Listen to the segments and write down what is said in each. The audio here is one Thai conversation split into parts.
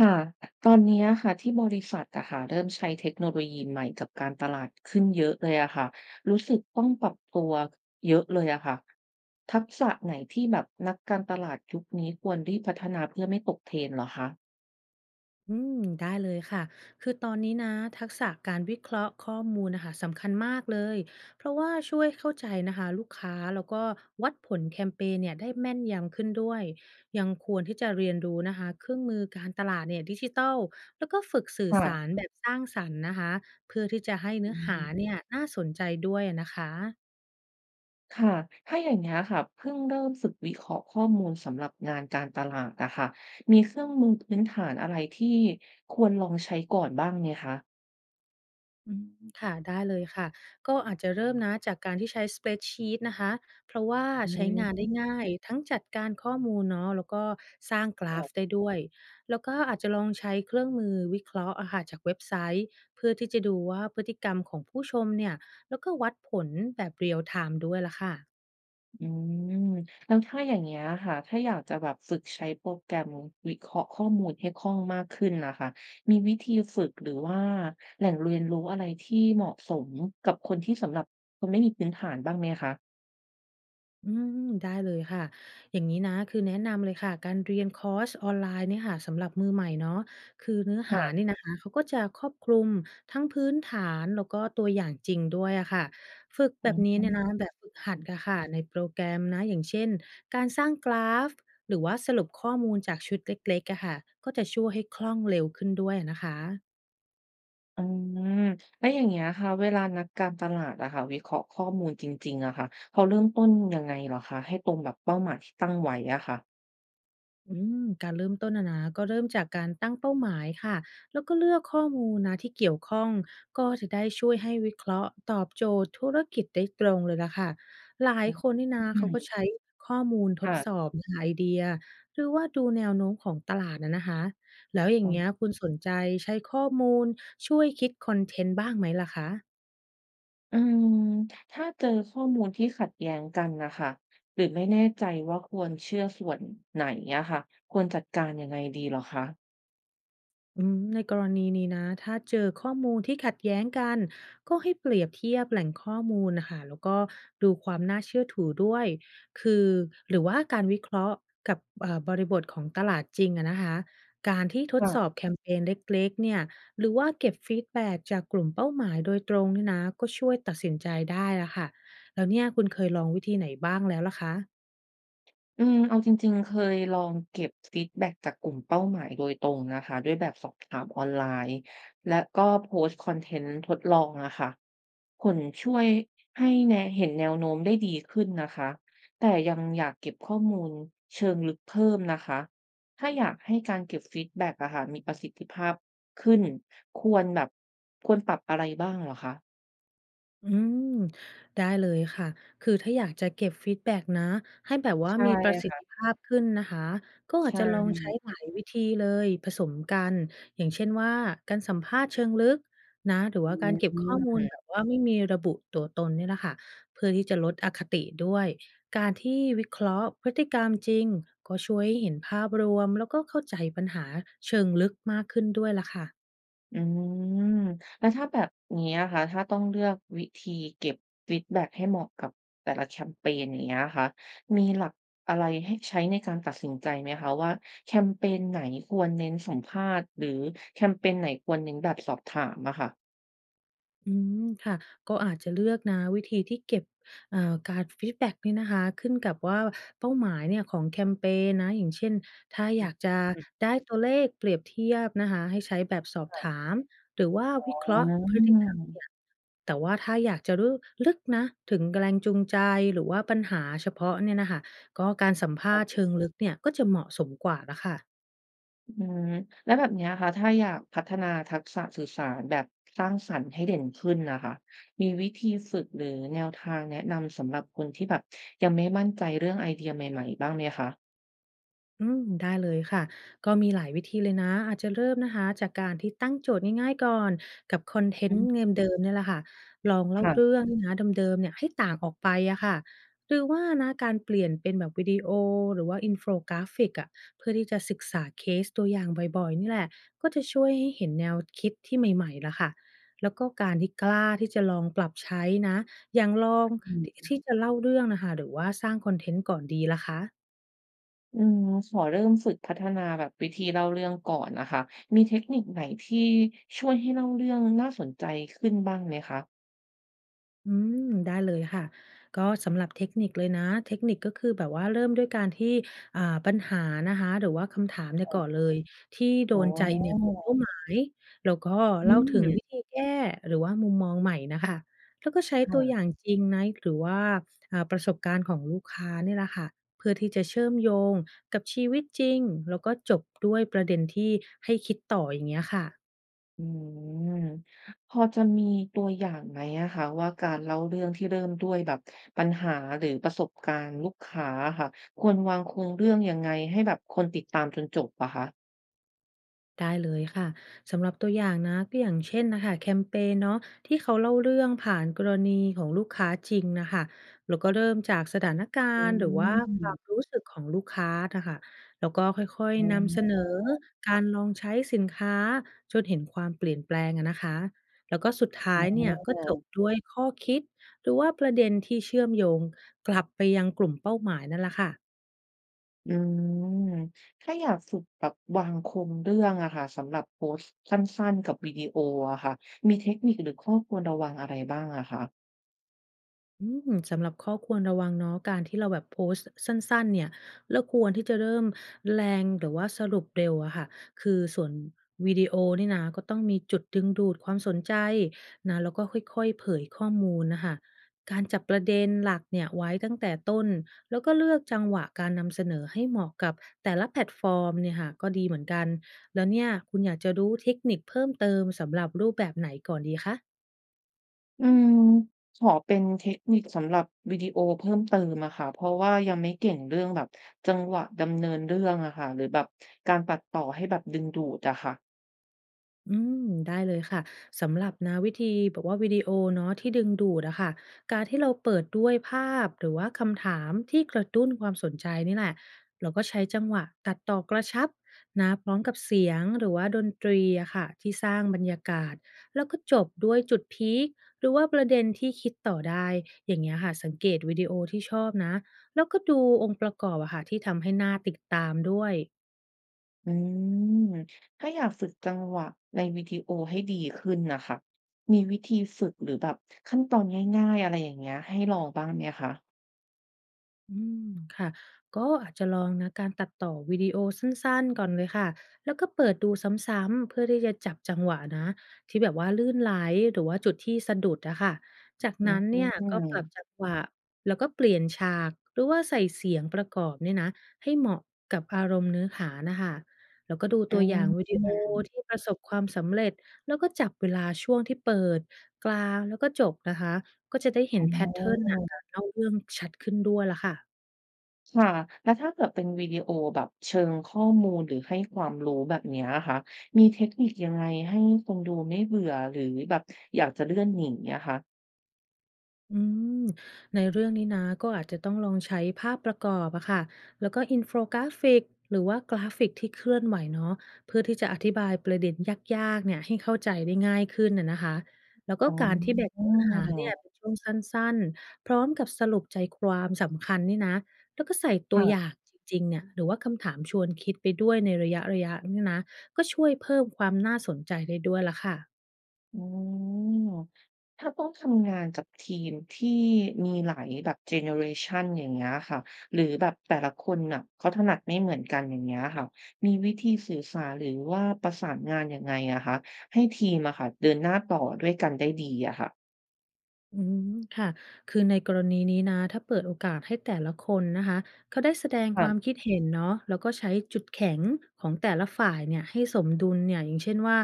ค่ะตอนนี้อะค่ะที่บริษัทอะค่ะเริ่มใช้เทคโนโลยีใหม่กับการตลาดขึ้นเยอะเลยอะค่ะรู้สึกต้องปรับตัวเยอะเลยอะค่ะทักษะไหนที่แบบนักการตลาดยุคนี้ควรรีบพัฒนาเพื่อไม่ตกเทรนเหรอคะได้เลยค่ะ คือตอนนี้นะทักษะการวิเคราะห์ข้อมูลนะคะสำคัญมากเลย เพราะว่าช่วยเข้าใจนะคะลูกค้าแล้วก็วัดผลแคมเปญเนี่ยได้แม่นยำขึ้นด้วย ยังควรที่จะเรียนรู้นะคะเครื่องมือการตลาดเนี่ยดิจิทัลแล้วก็ฝึกสื่อสารค่ะแบบสร้างสรรค์นะคะเพื่อที่จะให้เนื้อือหามเนี่ยน่าสนใจด้วยนะคะ ค่ะถ้าอย่างนี้ยค่ะเพิ่งเริ่มฝึกวิเคราะห์ข้อมูลสำหรับงานการตลาดอะค่ะมีเครื่องมือพื้นฐานอะไรที่ควรลองใช้ก่อนบ้างไหมคะอืมค่ะได้เลยค่ะก็อาจจะเริ่มนะจากการที่ใช้ spreadsheet นะคะเพราะว่าอืใช้งานม ได้ง่ายทั้งจัดการข้อมูลเนาะแล้วก็สร้างกราฟได้ด้วยแล้วก็อาจจะลองใช้เครื่องมือวิเคราะห์อะค่ะจากเว็บไซต์เพื่อที่จะดูว่าพฤติกรรมของผู้ชมเนี่ยแล้วก็วัดผลแบบเรีย l ไทม์ด้วยล่ะค่ะ อืมแล้วถ้าอย่างเงี้ยค่ะถ้าอยากจะแบบฝึกใช้โปรแกรมวิเคราะห์ข้อมูลให้คล่องมากขึ้นนะคะมีวิธีฝึกหรือว่าแหล่งเรียนรู้อะไรที่เหมาะสมกับคนที่สำหรับคนไม่มีพื้นฐานบ้างไหมคะอืได้เลยค่ะ อย่างนี้นะคือแนะนำเลยค่ะการเรียนคอร์สออนไลน์เนี่ยค่ะสำหรับมือใหม่เนาะคือเนื้อหาค่ะนี่นะคะเขาก็จะครอบคลุมทั้งพื้นฐานแล้วก็ตัวอย่างจริงด้วยอะค่ะฝึกแบบนี้อืมเนี่ยนะแบบฝึกหัดอะค่ะในโปรแกรมนะอย่างเช่นการสร้างกราฟหรือว่าสรุปข้อมูลจากชุดเล็กๆอะค่ะก็จะช่วยให้คล่องเร็วขึ้นด้วยนะคะ อืมแล้วอย่างเงี้ยค่ะเวลานักการตลาดอะค่ะวิเคราะห์ข้อมูลจริงๆอะค่ะเขาเริ่มต้นยังไงเหรอคะให้ตรงแบบเป้าหมายที่ตั้งไว้อะค่ะการเริ่มต้นอะนะก็เริ่มจากการตั้งเป้าหมายค่ะแล้วก็เลือกข้อมูลนะที่เกี่ยวข้องก็จะได้ช่วยให้วิเคราะห์ตอบโจทย์ธุรกิจได้ตรงเลยล่ะค่ะหลายคนอนี่ืนะเขาก็มใช้ข้อมูลทดค่ะ สอบหาไอเดียหรือว่าดูแนวโน้มของตลาดนะนะคะแล้วอย่างเงี้ยคุณสนใจใช้ข้อมูลช่วยคิดคอนเทนต์บ้างไหมล่ะคะ อืมถ้าเจอข้อมูลที่ขัดแย้งกันนะคะหรือไม่แน่ใจว่าควรเชื่อส่วนไหนอะค่ะควรจัดการยังไงดีเหรอคะในกรณีนี้นะถ้าเจอข้อมูลที่ขัดแย้งกันก็ให้เปรียบเทียบแหล่งข้อมูลนะคะแล้วก็ดูความน่าเชื่อถือด้วยคือหรือว่าการวิเคราะห์กับบริบทของตลาดจริงอะนะคะการที่ทดค่ะ สอบแคมเปญเล็กๆเนี่ยหรือว่าเก็บฟีดแบ็กจากกลุ่มเป้าหมายโดยตรงเนี่ยนะก็ช่วยตัดสินใจได้ละค่ะแล้วเนี่ยคุณเคยลองวิธีไหนบ้างแล้วล่ะคะ อืมเอาจริงๆเคยลองเก็บฟีดแบ็กจากกลุ่มเป้าหมายโดยตรงนะคะด้วยแบบสอบถามออนไลน์และก็โพสต์คอนเทนต์ทดลองอะค่ะผลช่วยให้แนเห็นแนวโน้มได้ดีขึ้นนะคะแต่ยังอยากเก็บข้อมูลเชิงลึกเพิ่มนะคะถ้าอยากให้การเก็บฟีดแบ็กอะค่ะมีประสิทธิภาพขึ้นควรแบบควรปรับอะไรบ้างเหรอคะอืมได้เลยค่ะคือถ้าอยากจะเก็บฟีดแบ็กนะให้แบบว่าใช่มีประสิทธิค่ะภาพขึ้นนะคะก็ใชอาจจะลองใช้่ หลายวิธีเลยผสมกันอย่างเช่นว่าการสัมภาษณ์เชิงลึกนะหรือว่าการเก็บข้อมูลแบบว่าไม่มีระบุตัวตนเนี่ยแหละค่ะเพื่อที่จะลดอคติด้วยการที่วิเคราะห์พฤติกรรมจริงก็ช่วยให้เห็นภาพรวมแล้วก็เข้าใจปัญหาเชิงลึกมากขึ้นด้วยล่ะค่ะ อืมแล้วถ้าแบบนี้อะคะถ้าต้องเลือกวิธีเก็บฟีดแบ็กให้เหมาะกับแต่ละแคมเปญอย่างเงี้ยค่ะมีหลักอะไรให้ใช้ในการตัดสินใจไหมคะว่าแคมเปญไหนควรเน้นสัมภาษณ์หรือแคมเปญไหนควรเน้นแบบสอบถามอะค่ะอืมค่ะก็อาจจะเลือกนะวิธีที่เก็บการฟีดแบ็กนี่นะคะขึ้นกับว่าเป้าหมายเนี่ยของแคมเปญนะอย่างเช่นถ้าออืยากจะมได้ตัวเลขเปรียบเทียบนะคะให้ใช้แบบสอบถามหรือว่าอ๋วิเคราะห์พฤติกรรมอ เนี่ยแต่ว่าถ้าอยากจะรู้ลึกนะถึงแรงจูงใจหรือว่าปัญหาเฉพาะเนี่ยนะคะก็การสัมภาษณ์เชิงลึกเนี่ยก็จะเหมาะสมกว่าละค่ะ อืมแล้วแบบเนี้ยค่ะถ้าอยากพัฒนาทักษะสื่อสารแบบสร้างสรรค์ให้เด่นขึ้นนะคะมีวิธีฝึกหรือแนวทางแนะนำสำหรับคนที่แบบยังไม่มั่นใจเรื่องไอเดียใหม่ๆบ้างไหมคะได้เลยค่ะก็มีหลายวิธีเลยนะอาจจะเริ่มนะคะจากการที่ตั้งโจทย์ง่ายๆก่อนกับคอนเทอืนต์มเงมเดิมๆเนี่ยแหละค่ะลองเล่าเรื่ค่ะองนะเดิมๆเนี่ยให้ต่างออกไปอะค่ะหรือว่านะการเปลี่ยนเป็นแบบวิดีโอหรือว่าอินโฟกราฟิกอะเพื่อที่จะศึกษาเคสตัวอย่างบ่อยๆนี่แหละก็จะช่วยให้เห็นแนวคิดที่ใหม่ๆละค่ะแล้วก็การที่กล้าที่จะลองปรับใช้นะอย่างลองอืที่มที่จะเล่าเรื่องนะคะหรือว่าสร้างคอนเทนต์ก่อนดีล่ะคะ อืมขอเริ่มฝึกพัฒนาแบบวิธีเล่าเรื่องก่อนนะคะมีเทคนิคไหนที่ช่วยให้เล่าเรื่องน่าสนใจขึ้นบ้างไหมคะอืมได้เลยค่ะก็สำหรับเทคนิคเลยนะเทคนิคก็คือแบบว่าเริ่มด้วยการที่อ่าปัญหานะคะหรือว่าคำถามเนี่ยก่อนเลยที่โดอ๋อนใจเนี่ยกลุ่มเป้าหมายแล้วก็อืเล่าถึงวิมธีแก้หรือว่ามุมมองใหม่น่ะค่ะแล้วก็ใช้ตัวอย่างค่ะ จริงนะหรือว่าประสบการณ์ของลูกค้าเนี่ยแหละค่ะเพื่อที่จะเชื่อมโยงกับชีวิตจริงแล้วก็จบด้วยประเด็นที่ให้คิดต่ออย่างเงี้ยค่ะ อืมพอจะมีตัวอย่างไหมอะคะว่าการเล่าเรื่องที่เริ่มด้วยแบบปัญหาหรือประสบการณ์ลูกค้าอะค่ะควรวางโครงเรื่องยังไงให้แบบคนติดตามจนจบอะคะได้เลยค่ะสำหรับตัวอย่างนะก็อย่างเช่นนะคะแคมเปนเนาะที่เขาเล่าเรื่องผ่านกรณีของลูกค้าจริงนะคะแล้วก็เริ่มจากสถานกาอืรณ์หรือว่าความมรู้สึกของลูกค้านะค่ะแล้วก็ค่อยอ๋ๆนำเสอนอการลองใช้สินค้าจนเห็นความเปลี่ยนแปลงอะนะคะแล้วก็สุดท้ายเนี่ยก็จบด้วยข้อคิดหรือว่าประเด็นที่เชื่อมโยงกลับไปยังกลุ่มเป้าหมายนั่นแหละค่ะ อืมถ้าอยากฝึกแบบวางโครงเรื่องอะค่ะสำหรับโพสต์สั้นๆกับวิดีโออะค่ะมีเทคนิคหรือข้อควรระวังอะไรบ้างอะคะ สำหรับข้อควรระวังเนาะการที่เราแบบโพสต์สั้นๆเนี่ยเราควรที่จะเริ่มแรงหรือว่าสรุปเร็วอะค่ะคือส่วนวิดีโอนี่นะก็ต้องมีจุดดึงดูดความสนใจนะแล้วก็ค่อยๆเผยข้อมูลน่ะค่ะการจับประเด็นหลักเนี่ยไว้ตั้งแต่ต้นแล้วก็เลือกจังหวะการนำเสนอให้เหมาะกับแต่ละแพลตฟอร์มเนี่ยค่ะก็ดีเหมือนกันแล้วเนี่ยคุณอยากจะรู้เทคนิคเพิ่มเติมสำหรับรูปแบบไหนก่อนดีคะ อืมขอเป็นเทคนิคสำหรับวิดีโอเพิ่มเติมอะค่ะเพราะว่ายังไม่เก่งเรื่องแบบจังหวะดำเนินเรื่องอะค่ะหรือแบบการตัดต่อให้แบบดึงดูดอะค่ะอืได้เลยค่ะสำหรับนะวิธีแบบว่าวิดีโอเนาะที่ดึงดูดอะค่ะการที่เราเปิดด้วยภาพหรือว่าคำถามที่กระตุ้นความสนใจนี่แหละเราก็ใช้จังหวะตัดต่อกระชับนะพร้อมกับเสียงหรือว่าดนตรีอะค่ะที่สร้างบรรยากาศแล้วก็จบด้วยจุดพีคหรือว่าประเด็นที่คิดต่อได้อย่างเงี้ยค่ะสังเกตวิดีโอที่ชอบนะแล้วก็ดูองค์ประกอบอะค่ะที่ทำให้หน่าติดตามด้วย อืมถ้าอยากฝึกจังหวะในวิดีโอให้ดีขึ้นนะค่ะมีวิธีฝึกหรือแบบขั้นตอนง่ายๆอะไรอย่างเงี้ยให้ลองบ้างไหมคะอืมค่ะก็อาจจะลองนะการตัดต่อวิดีโอสั้นๆก่อนเลยค่ะแล้วก็เปิดดูซ้ำๆเพื่อที่จะจับจังหวะนะที่แบบว่าลื่นไหลหรือว่าจุดที่สะดุดอะค่ะจากอืนั้นมเนี่ยก็ปรับจังหวะแล้วก็เปลี่ยนฉากหรือว่าใส่เสียงประกอบเนี่ยนะให้เหมาะกับอารมณ์เนื้อหานะคะแล้วก็ดูอืตัวอมย่างวิดีโอที่ประสบความสำเร็จแล้วก็จับเวลาช่วงที่เปิดกลางแล้วก็จบนะคะ ก็จะได้เห็นอ๋แพทเทิร์นอะอ การเล่าเรื่องชัดขึ้นด้วยล่ะค่ะค่ะแล้วถ้าเกิดเป็นวิดีโอแบบเชิงข้อมูลหรือให้ความรู้แบบเนี้ยค่ะมีเทคนิคยังไงให้คนดูไม่เบื่อหรือแบบอยากจะเลื่อนหนีอะคะอืมในเรื่องนี้นะก็อาจจะต้องลองใช้ภาพประกอบอะค่ะแล้วก็อินโฟกราฟิกหรือว่ากราฟิกที่เคลื่อนไหวเนาะเพื่อที่จะอธิบายประเด็นยากๆเนี่ยให้เข้าใจได้ง่ายขึ้นน่ะนะคะแล้วก็อ๋การที่แบ่งอเนื้อหาเนี่ยเป็นช่วงสั้นๆพร้อมกับสรุปใจความสำคัญนี่นะแล้วก็ใส่ตัวอย่าค่ะงจริงๆเนี่ยหรือว่าคำถามชวนคิดไปด้วยในระยะๆเนี่ยนะก็ช่วยเพิ่มความน่าสนใจได้ด้วยล่ะค่ะ อืมถ้าต้องทำงานกับทีมที่มีหลายแบบเจเนอเรชันอย่างเงี้ยค่ะหรือแบบแต่ละคนน่ะเขาถนัดไม่เหมือนกันอย่างเงี้ยค่ะมีวิธีสื่อสารหรือว่าประสานงานยังไงอะคะให้ทีมอะค่ะเดินหน้าต่อด้วยกันได้ดีอะค่ะอืมค่ะคือในกรณีนี้นะถ้าเปิดโอกาสให้แต่ละคนนะคะเขาได้แสดงความค่ะ คิดเห็นเนาะแล้วก็ใช้จุดแข็งของแต่ละฝ่ายเนี่ยให้สมดุลเนี่ยอย่างเช่นว่า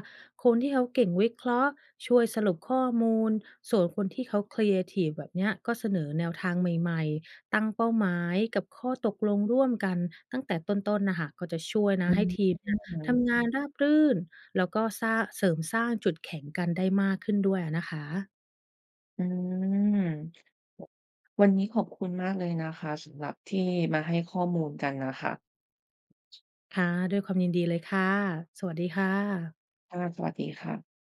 คนที่เขาเก่งวิเคราะห์ช่วยสรุปข้อมูลส่วนคนที่เขาครีเอทีฟแบบเนี้ยก็เสนอแนวทางใหม่ๆตั้งเป้าหมายกับข้อตกลงร่วมกันตั้งแต่ต้นๆนะคะก็จะช่วยอืนะให้มทีมเนี่ยทำงานราบรื่นแล้วก็สร้างเสริมสร้างจุดแข็งกันได้มากขึ้นด้วยอะนะคะ อืมวันนี้ขอบคุณมากเลยนะคะสำหรับที่มาให้ข้อมูลกันนะคะค่ะด้วยความยินดีเลยค่ะสวัสดีค่ะค่ะสวัสดีค่ะ